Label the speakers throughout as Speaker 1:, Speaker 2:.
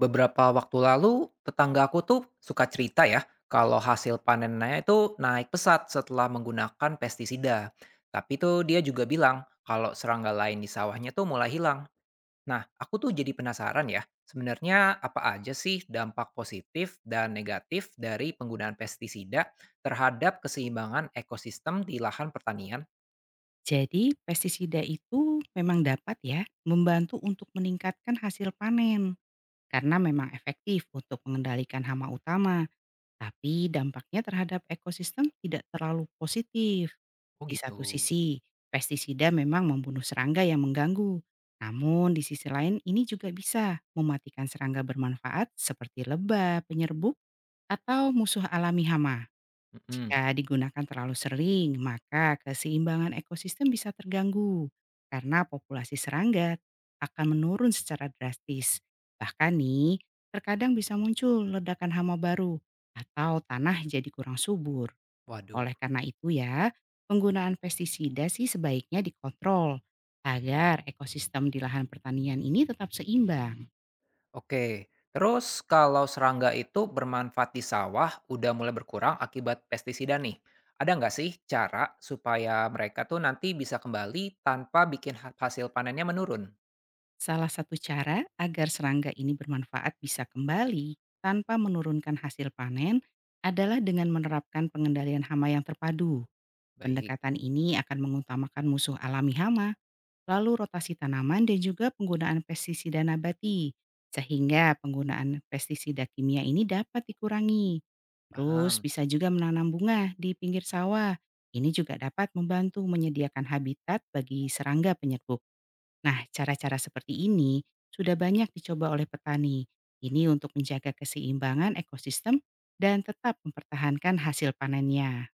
Speaker 1: Beberapa waktu lalu, tetangga aku tuh suka cerita ya, kalau hasil panennya itu naik pesat setelah menggunakan pestisida. Tapi tuh dia juga bilang kalau serangga lain di sawahnya tuh mulai hilang. Nah, aku tuh jadi penasaran ya, sebenarnya apa aja sih dampak positif dan negatif dari penggunaan pestisida terhadap keseimbangan ekosistem di lahan pertanian?
Speaker 2: Jadi pestisida itu memang dapat ya membantu untuk meningkatkan hasil panen karena memang efektif untuk mengendalikan hama utama, tapi dampaknya terhadap ekosistem tidak terlalu positif.
Speaker 1: Oh
Speaker 2: Di satu
Speaker 1: gitu.
Speaker 2: sisi, pestisida memang membunuh serangga yang mengganggu. Namun di sisi lain ini juga bisa mematikan serangga bermanfaat seperti lebah, penyerbuk, atau musuh alami hama.
Speaker 1: Mm-mm.
Speaker 2: Jika digunakan terlalu sering, maka keseimbangan ekosistem bisa terganggu karena populasi serangga akan menurun secara drastis. Bahkan nih, terkadang bisa muncul ledakan hama baru atau tanah jadi kurang subur.
Speaker 1: Waduh.
Speaker 2: Oleh karena itu ya, penggunaan pestisida sih sebaiknya dikontrol agar ekosistem di lahan pertanian ini tetap seimbang.
Speaker 1: Oke, terus kalau serangga itu bermanfaat di sawah udah mulai berkurang akibat pestisida nih. Ada nggak sih cara supaya mereka tuh nanti bisa kembali tanpa bikin hasil panennya menurun?
Speaker 2: Salah satu cara agar serangga ini bermanfaat bisa kembali tanpa menurunkan hasil panen adalah dengan menerapkan pengendalian hama yang terpadu.
Speaker 1: Baik,
Speaker 2: Pendekatan ini akan mengutamakan musuh alami hama, lalu rotasi tanaman dan juga penggunaan pestisida nabati. Sehingga penggunaan pestisida kimia ini dapat dikurangi. Terus
Speaker 1: paham.
Speaker 2: bisa juga menanam bunga di pinggir sawah. Ini juga dapat membantu menyediakan habitat bagi serangga penyerbuk. Nah, cara-cara seperti ini sudah banyak dicoba oleh petani. Ini untuk menjaga keseimbangan ekosistem dan tetap mempertahankan hasil panennya.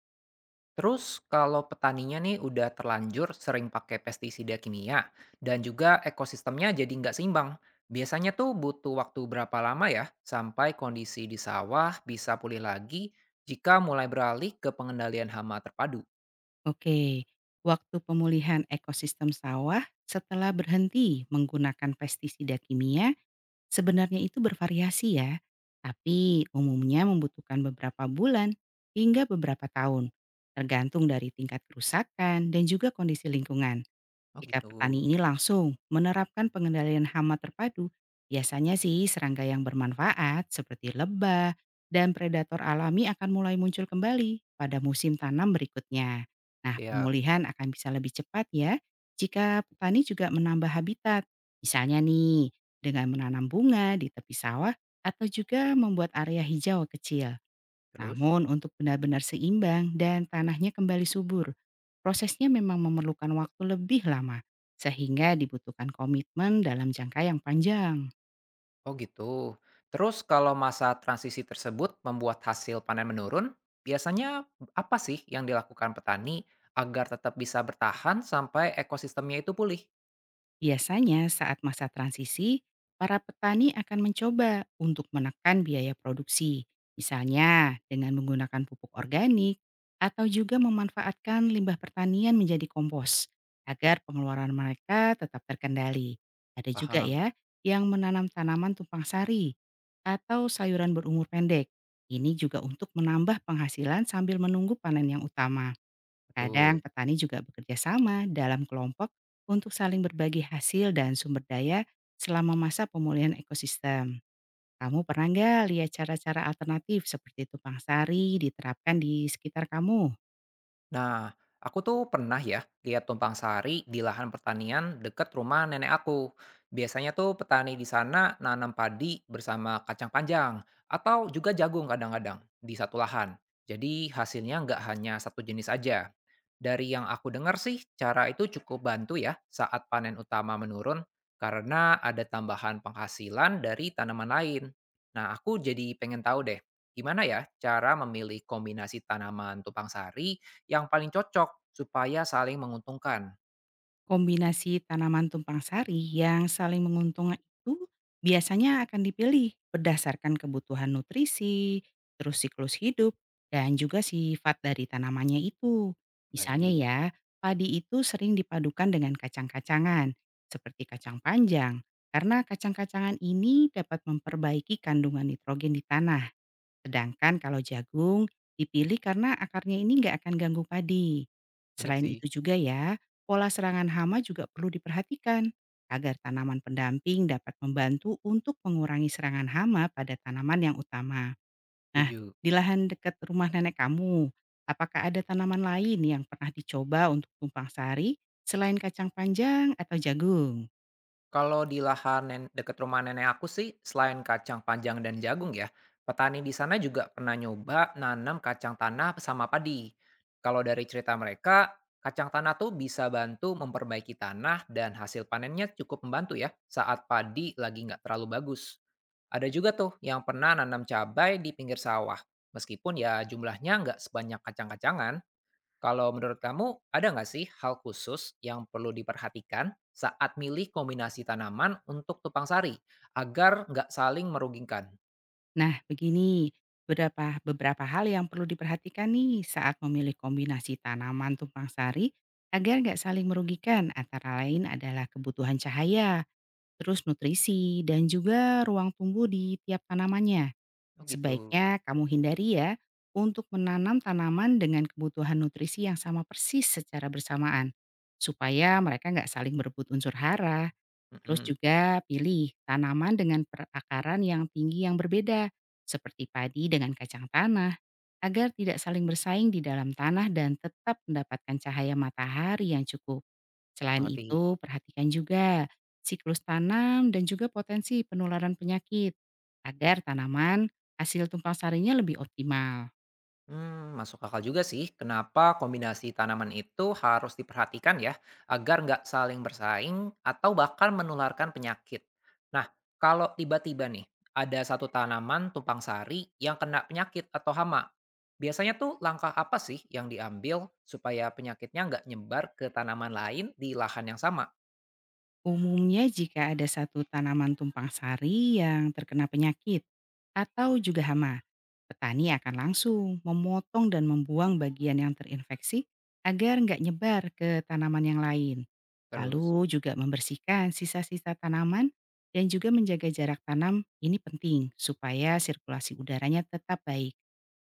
Speaker 1: Terus kalau petaninya nih udah terlanjur sering pakai pestisida kimia dan juga ekosistemnya jadi nggak seimbang. Biasanya tuh butuh waktu berapa lama ya sampai kondisi di sawah bisa pulih lagi jika mulai beralih ke pengendalian hama terpadu?
Speaker 2: Oke, waktu pemulihan ekosistem sawah setelah berhenti menggunakan pestisida kimia sebenarnya itu bervariasi ya, tapi umumnya membutuhkan beberapa bulan hingga beberapa tahun, tergantung dari tingkat kerusakan dan juga kondisi lingkungan.
Speaker 1: Oh
Speaker 2: Jika
Speaker 1: gitu,
Speaker 2: petani ini langsung menerapkan pengendalian hama terpadu, biasanya sih serangga yang bermanfaat seperti lebah dan predator alami akan mulai muncul kembali pada musim tanam berikutnya. Nah,
Speaker 1: siap.
Speaker 2: pemulihan akan bisa lebih cepat ya jika petani juga menambah habitat. Misalnya nih, dengan menanam bunga di tepi sawah atau juga membuat area hijau kecil.
Speaker 1: Terus?
Speaker 2: Namun untuk benar-benar seimbang dan tanahnya kembali subur, prosesnya memang memerlukan waktu lebih lama, sehingga dibutuhkan komitmen dalam jangka yang panjang.
Speaker 1: Oh gitu. Terus kalau masa transisi tersebut membuat hasil panen menurun, biasanya apa sih yang dilakukan petani agar tetap bisa bertahan sampai ekosistemnya itu pulih?
Speaker 2: Biasanya saat masa transisi, para petani akan mencoba untuk menekan biaya produksi, misalnya dengan menggunakan pupuk organik atau juga memanfaatkan limbah pertanian menjadi kompos agar pengeluaran mereka tetap terkendali. Ada juga
Speaker 1: Paham,
Speaker 2: ya yang menanam tanaman tumpang sari atau sayuran berumur pendek. Ini juga untuk menambah penghasilan sambil menunggu panen yang utama. Kadang
Speaker 1: betul.
Speaker 2: petani juga bekerja sama dalam kelompok untuk saling berbagi hasil dan sumber daya selama masa pemulihan ekosistem. Kamu pernah nggak lihat cara-cara alternatif seperti tumpang sari diterapkan di sekitar kamu?
Speaker 1: Nah, aku tuh pernah ya lihat tumpang sari di lahan pertanian dekat rumah nenek aku. Biasanya tuh petani di sana nanam padi bersama kacang panjang atau juga jagung kadang-kadang di satu lahan. Jadi hasilnya nggak hanya satu jenis aja. Dari yang aku dengar sih, cara itu cukup bantu ya saat panen utama menurun karena ada tambahan penghasilan dari tanaman lain. Nah, aku jadi pengen tahu deh, gimana ya cara memilih kombinasi tanaman tumpang sari yang paling cocok supaya saling menguntungkan.
Speaker 2: Kombinasi tanaman tumpang sari yang saling menguntungkan itu biasanya akan dipilih berdasarkan kebutuhan nutrisi, terus siklus hidup, dan juga sifat dari tanamannya itu. Misalnya
Speaker 1: Baik,
Speaker 2: ya, padi itu sering dipadukan dengan kacang-kacangan, seperti kacang panjang, karena kacang-kacangan ini dapat memperbaiki kandungan nitrogen di tanah. Sedangkan kalau jagung, dipilih karena akarnya ini nggak akan ganggu padi.
Speaker 1: bener
Speaker 2: Selain
Speaker 1: sih,
Speaker 2: itu juga ya, pola serangan hama juga perlu diperhatikan agar tanaman pendamping dapat membantu untuk mengurangi serangan hama pada tanaman yang utama. Nah,
Speaker 1: setuju.
Speaker 2: di lahan dekat rumah nenek kamu, apakah ada tanaman lain yang pernah dicoba untuk tumpang sari selain kacang panjang atau jagung?
Speaker 1: Kalau di lahan dekat rumah nenek aku sih, selain kacang panjang dan jagung ya, petani di sana juga pernah nyoba nanam kacang tanah sama padi. Kalau dari cerita mereka, kacang tanah tuh bisa bantu memperbaiki tanah dan hasil panennya cukup membantu ya saat padi lagi nggak terlalu bagus. Ada juga tuh yang pernah nanam cabai di pinggir sawah, meskipun ya jumlahnya nggak sebanyak kacang-kacangan. Kalau menurut kamu, ada nggak sih hal khusus yang perlu diperhatikan saat milih kombinasi tanaman untuk tupang sari, agar nggak saling merugikan?
Speaker 2: Nah, begini, beberapa beberapa hal yang perlu diperhatikan nih saat memilih kombinasi tanaman tumpang sari agar nggak saling merugikan. Antara lain adalah kebutuhan cahaya, terus nutrisi, dan juga ruang tumbuh di tiap tanamannya.
Speaker 1: Oh gitu.
Speaker 2: Sebaiknya kamu hindari ya untuk menanam tanaman dengan kebutuhan nutrisi yang sama persis secara bersamaan, supaya mereka nggak saling berebut unsur hara. Terus
Speaker 1: Mhm,
Speaker 2: juga pilih tanaman dengan perakaran yang tinggi yang berbeda, seperti padi dengan kacang tanah, agar tidak saling bersaing di dalam tanah dan tetap mendapatkan cahaya matahari yang cukup. Selain
Speaker 1: mengerti.
Speaker 2: itu, perhatikan juga siklus tanam dan juga potensi penularan penyakit, agar tanaman hasil tumpang sarinya lebih optimal.
Speaker 1: Hmm, masuk akal juga sih, kenapa kombinasi tanaman itu harus diperhatikan ya, agar nggak saling bersaing atau bahkan menularkan penyakit. Nah, kalau tiba-tiba nih, ada satu tanaman tumpang sari yang kena penyakit atau hama, biasanya tuh langkah apa sih yang diambil supaya penyakitnya nggak nyebar ke tanaman lain di lahan yang sama?
Speaker 2: Umumnya jika ada satu tanaman tumpang sari yang terkena penyakit atau juga hama, petani akan langsung memotong dan membuang bagian yang terinfeksi agar nggak nyebar ke tanaman yang lain.
Speaker 1: Terus?
Speaker 2: Lalu juga membersihkan sisa-sisa tanaman dan juga menjaga jarak tanam ini penting supaya sirkulasi udaranya tetap baik.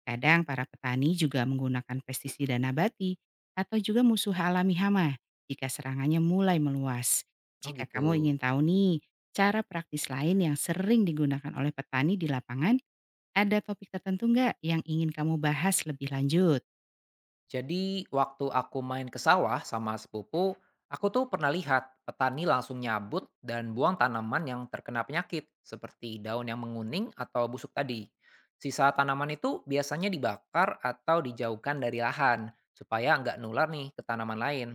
Speaker 2: Kadang para petani juga menggunakan pestisida nabati atau juga musuh alami hama jika serangannya mulai meluas.
Speaker 1: Oh
Speaker 2: Jika
Speaker 1: gitu.
Speaker 2: kamu ingin tahu nih, cara praktis lain yang sering digunakan oleh petani di lapangan, ada topik tertentu nggak yang ingin kamu bahas lebih lanjut?
Speaker 1: Jadi waktu aku main ke sawah sama sepupu, aku tuh pernah lihat petani langsung nyabut dan buang tanaman yang terkena penyakit, seperti daun yang menguning atau busuk tadi. Sisa tanaman itu biasanya dibakar atau dijauhkan dari lahan, supaya nggak nular nih ke tanaman lain.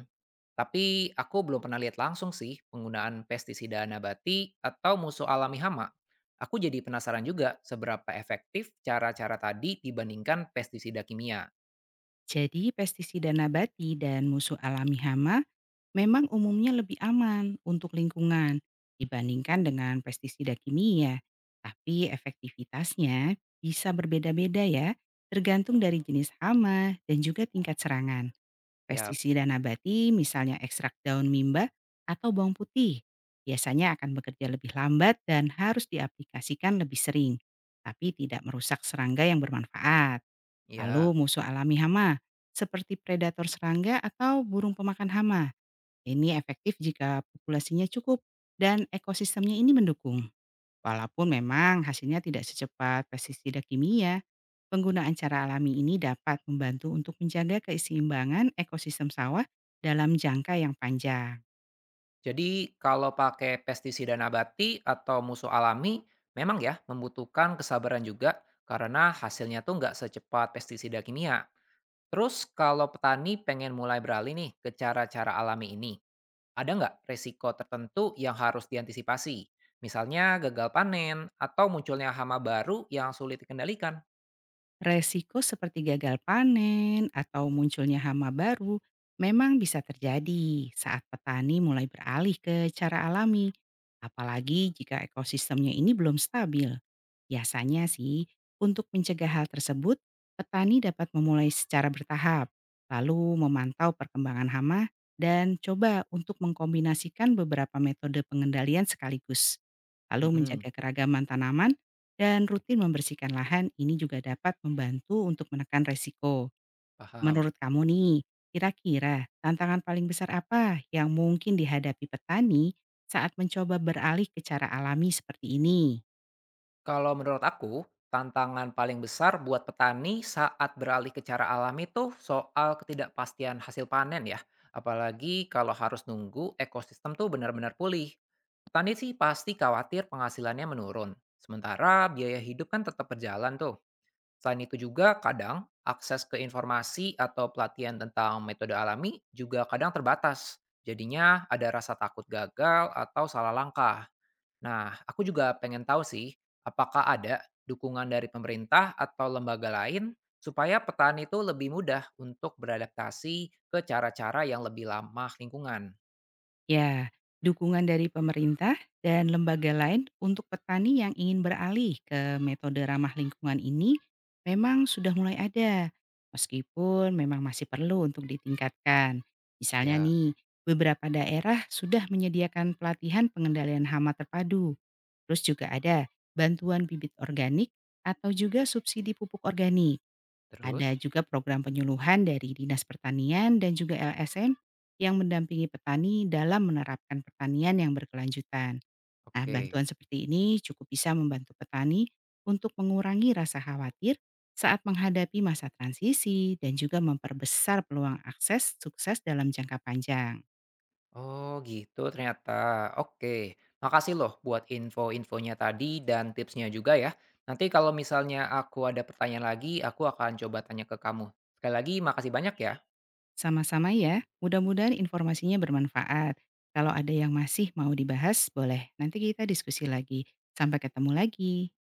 Speaker 1: Tapi aku belum pernah lihat langsung sih penggunaan pestisida nabati atau musuh alami hama. Aku jadi penasaran juga seberapa efektif cara-cara tadi dibandingkan pestisida kimia.
Speaker 2: Jadi pestisida nabati dan musuh alami hama memang umumnya lebih aman untuk lingkungan dibandingkan dengan pestisida kimia. Tapi efektivitasnya bisa berbeda-beda ya, tergantung dari jenis hama dan juga tingkat serangan.
Speaker 1: Ya.
Speaker 2: Pestisida nabati, misalnya ekstrak daun mimba atau bawang putih, biasanya akan bekerja lebih lambat dan harus diaplikasikan lebih sering, tapi tidak merusak serangga yang bermanfaat.
Speaker 1: Ya.
Speaker 2: Lalu musuh alami hama, seperti predator serangga atau burung pemakan hama. Ini efektif jika populasinya cukup dan ekosistemnya ini mendukung. Walaupun memang hasilnya tidak secepat pestisida kimia, penggunaan cara alami ini dapat membantu untuk menjaga keseimbangan ekosistem sawah dalam jangka yang panjang.
Speaker 1: Jadi kalau pakai pestisida nabati atau musuh alami, memang ya membutuhkan kesabaran juga karena hasilnya tuh nggak secepat pestisida kimia. Terus kalau petani pengen mulai beralih nih ke cara-cara alami ini, ada nggak resiko tertentu yang harus diantisipasi? Misalnya gagal panen atau munculnya hama baru yang sulit dikendalikan?
Speaker 2: Resiko seperti gagal panen atau munculnya hama baru memang bisa terjadi saat petani mulai beralih ke cara alami, apalagi jika ekosistemnya ini belum stabil. Biasanya sih, untuk mencegah hal tersebut, petani dapat memulai secara bertahap, lalu memantau perkembangan hama, dan coba untuk mengkombinasikan beberapa metode pengendalian sekaligus. Lalu
Speaker 1: Mm-mm,
Speaker 2: menjaga keragaman tanaman, dan rutin membersihkan lahan ini juga dapat membantu untuk menekan resiko.
Speaker 1: paham.
Speaker 2: Menurut kamu nih, kira-kira tantangan paling besar apa yang mungkin dihadapi petani saat mencoba beralih ke cara alami seperti ini?
Speaker 1: Kalau menurut aku, tantangan paling besar buat petani saat beralih ke cara alami itu soal ketidakpastian hasil panen ya. Apalagi kalau harus nunggu ekosistem tuh benar-benar pulih. Petani sih pasti khawatir penghasilannya menurun. Sementara biaya hidup kan tetap berjalan tuh. Selain itu juga kadang akses ke informasi atau pelatihan tentang metode alami juga kadang terbatas. Jadinya ada rasa takut gagal atau salah langkah. Nah, aku juga pengen tahu sih, apakah ada dukungan dari pemerintah atau lembaga lain supaya petani itu lebih mudah untuk beradaptasi ke cara-cara yang lebih ramah lingkungan.
Speaker 2: Ya, dukungan dari pemerintah dan lembaga lain untuk petani yang ingin beralih ke metode ramah lingkungan ini memang sudah mulai ada. Meskipun memang masih perlu untuk ditingkatkan. Misalnya
Speaker 1: Ya,
Speaker 2: nih, beberapa daerah sudah menyediakan pelatihan pengendalian hama terpadu. Terus juga ada bantuan bibit organik atau juga subsidi pupuk organik. Ada
Speaker 1: terus?
Speaker 2: juga program penyuluhan dari Dinas Pertanian dan juga LSM yang mendampingi petani dalam menerapkan pertanian yang berkelanjutan. Nah,
Speaker 1: Oke.
Speaker 2: bantuan seperti ini cukup bisa membantu petani untuk mengurangi rasa khawatir saat menghadapi masa transisi dan juga memperbesar peluang akses sukses dalam jangka panjang.
Speaker 1: Oh gitu ternyata. Oke. Makasih loh buat info-infonya tadi dan tipsnya juga ya. Nanti kalau misalnya aku ada pertanyaan lagi, aku akan coba tanya ke kamu. Sekali lagi makasih banyak ya.
Speaker 2: Sama-sama ya, mudah-mudahan informasinya bermanfaat. Kalau ada yang masih mau dibahas, boleh nanti kita diskusi lagi. Sampai ketemu lagi.